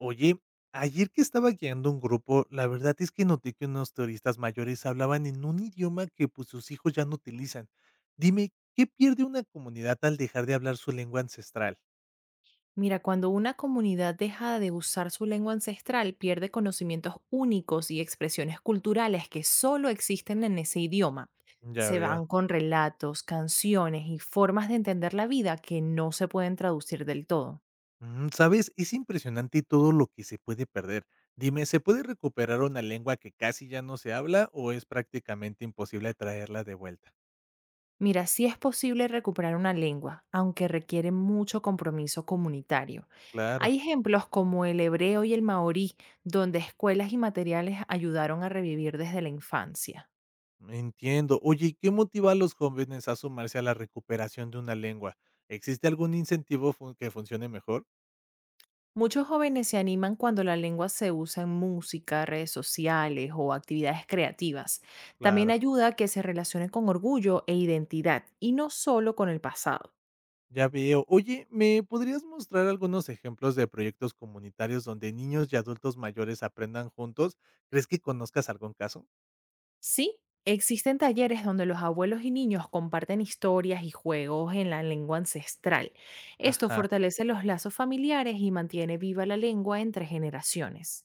Oye, ayer que estaba guiando un grupo, la verdad es que noté que unos turistas mayores hablaban en un idioma que pues sus hijos ya no utilizan. Dime, ¿qué pierde una comunidad al dejar de hablar su lengua ancestral? Mira, cuando una comunidad deja de usar su lengua ancestral, pierde conocimientos únicos y expresiones culturales que solo existen en ese idioma. Ya Se veo. van con relatos, canciones y formas de entender la vida que no se pueden traducir del todo. Mm, sabes, es impresionante todo lo que se puede perder. Dime, ¿se puede recuperar una lengua que casi ya no se habla o es prácticamente imposible traerla de vuelta? Mira, sí es posible recuperar una lengua, aunque requiere mucho compromiso comunitario. Claro. Hay ejemplos como el hebreo y el maorí, donde escuelas y materiales ayudaron a revivir desde la infancia. Entiendo. Oye, ¿y qué motiva a los jóvenes a sumarse a la recuperación de una lengua? ¿Existe algún incentivo que funcione mejor? Muchos jóvenes se animan cuando la lengua se usa en música, redes sociales o actividades creativas. También Claro, ayuda a que se relacione con orgullo e identidad y no solo con el pasado. ya veo. Oye, ¿me podrías mostrar algunos ejemplos de proyectos comunitarios donde niños y adultos mayores aprendan juntos? ¿Crees que conozcas algún caso? Sí, existen talleres donde los abuelos y niños comparten historias y juegos en la lengua ancestral. Esto Ajá. fortalece los lazos familiares y mantiene viva la lengua entre generaciones.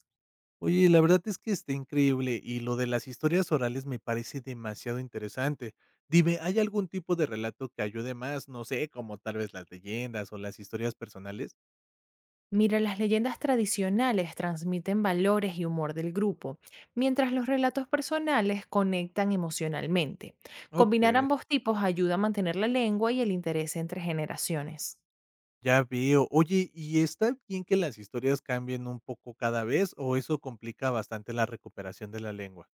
Oye, la verdad es que está increíble y lo de las historias orales me parece demasiado interesante. Dime, ¿hay algún tipo de relato que ayude más? No sé, como tal vez las leyendas o las historias personales. Mira, las leyendas tradicionales transmiten valores y humor del grupo, mientras los relatos personales conectan emocionalmente. Ok. Combinar ambos tipos ayuda a mantener la lengua y el interés entre generaciones. Ya veo. Oye, ¿y está bien que las historias cambien un poco cada vez o eso complica bastante la recuperación de la lengua?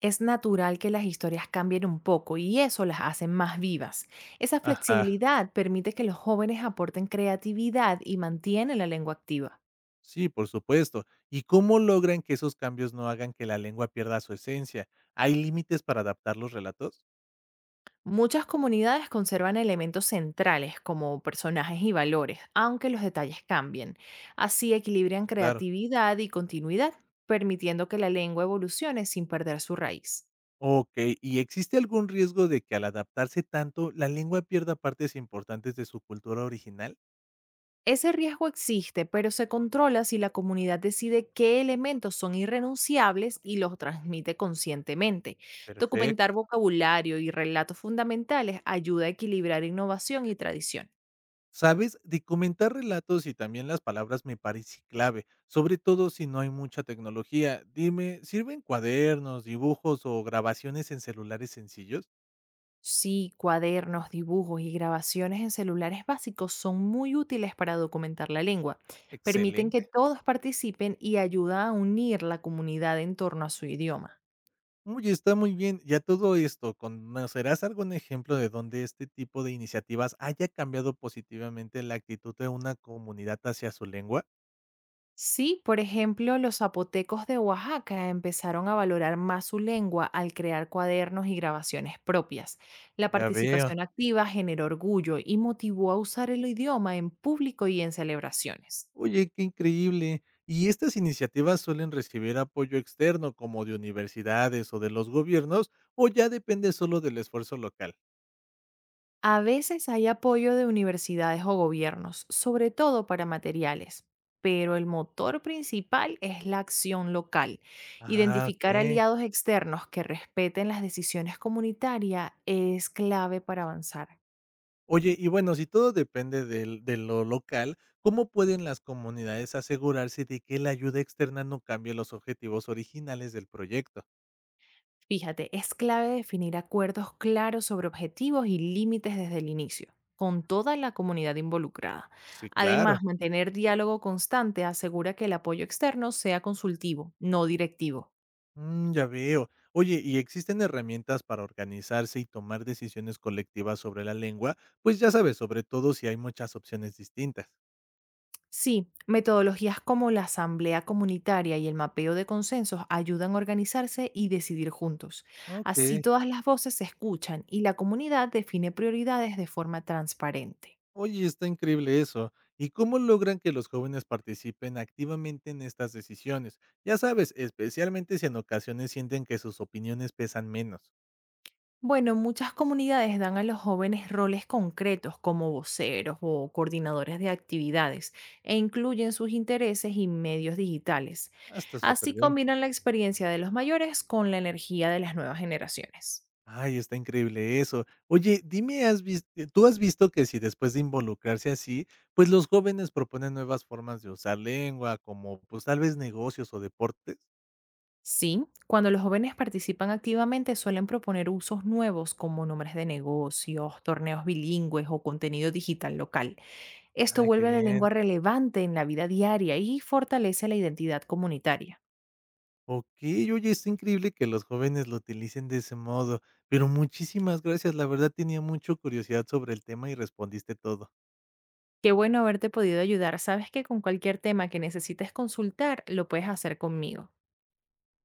Es natural que las historias cambien un poco y eso las hace más vivas. Esa Ajá. flexibilidad permite que los jóvenes aporten creatividad y mantienen la lengua activa. Sí, por supuesto. ¿Y cómo logran que esos cambios no hagan que la lengua pierda su esencia? ¿Hay límites para adaptar los relatos? Muchas comunidades conservan elementos centrales como personajes y valores, aunque los detalles cambien. Así equilibran Sí, claro. creatividad y continuidad, permitiendo que la lengua evolucione sin perder su raíz. Ok, ¿y existe algún riesgo de que al adaptarse tanto, la lengua pierda partes importantes de su cultura original? Ese riesgo existe, pero se controla si la comunidad decide qué elementos son irrenunciables y los transmite conscientemente. Documentar Perfecto. vocabulario y relatos fundamentales ayuda a equilibrar innovación y tradición. ¿Sabes? De comentar relatos y también las palabras me parece clave, sobre todo si no hay mucha tecnología. Dime, ¿sirven cuadernos, dibujos o grabaciones en celulares sencillos? Sí, cuadernos, dibujos y grabaciones en celulares básicos son muy útiles para documentar la lengua. Permiten que Excelente. todos participen y ayuda a unir la comunidad en torno a su idioma. Oye, está muy bien. Ya todo esto, ¿conocerás algún ejemplo de donde este tipo de iniciativas haya cambiado positivamente la actitud de una comunidad hacia su lengua? Sí, por ejemplo, los zapotecos de Oaxaca empezaron a valorar más su lengua al crear cuadernos y grabaciones propias. La Ya veo. participación activa generó orgullo y motivó a usar el idioma en público y en celebraciones. Oye, qué increíble. ¿Y estas iniciativas suelen recibir apoyo externo, como de universidades o de los gobiernos, o ya depende solo del esfuerzo local? A veces hay apoyo de universidades o gobiernos, sobre todo para materiales, pero el motor principal es la acción local. Ah, Identificar ok. aliados externos que respeten las decisiones comunitarias es clave para avanzar. Oye, y bueno, si todo depende de lo local, ¿cómo pueden las comunidades asegurarse de que la ayuda externa no cambie los objetivos originales del proyecto? Fíjate, es clave definir acuerdos claros sobre objetivos y límites desde el inicio, con toda la comunidad involucrada. Sí, claro. Además, mantener diálogo constante asegura que el apoyo externo sea consultivo, no directivo. Mm, ya veo. Oye, ¿y existen herramientas para organizarse y tomar decisiones colectivas sobre la lengua? Pues ya sabes, sobre todo si hay muchas opciones distintas. Sí, metodologías como la asamblea comunitaria y el mapeo de consensos ayudan a organizarse y decidir juntos. Así Ok. todas las voces se escuchan y la comunidad define prioridades de forma transparente. Oye, está increíble eso. ¿Y cómo logran que los jóvenes participen activamente en estas decisiones? Ya sabes, especialmente si en ocasiones sienten que sus opiniones pesan menos. Bueno, muchas comunidades dan a los jóvenes roles concretos como voceros o coordinadores de actividades e incluyen sus intereses y medios digitales. Ah, está súper Así bien. combinan la experiencia de los mayores con la energía de las nuevas generaciones. Ay, está increíble eso. Oye, dime, ¿tú has visto que si después de involucrarse así, pues los jóvenes proponen nuevas formas de usar lengua, como pues tal vez negocios o deportes? Sí, cuando los jóvenes participan activamente suelen proponer usos nuevos como nombres de negocios, torneos bilingües o contenido digital local. Esto Ay, qué vuelve a la bien. lengua relevante en la vida diaria y fortalece la identidad comunitaria. Ok, oye, es increíble que los jóvenes lo utilicen de ese modo, pero muchísimas gracias, la verdad tenía mucha curiosidad sobre el tema y respondiste todo. Qué bueno haberte podido ayudar. Sabes que con cualquier tema que necesites consultar, lo puedes hacer conmigo.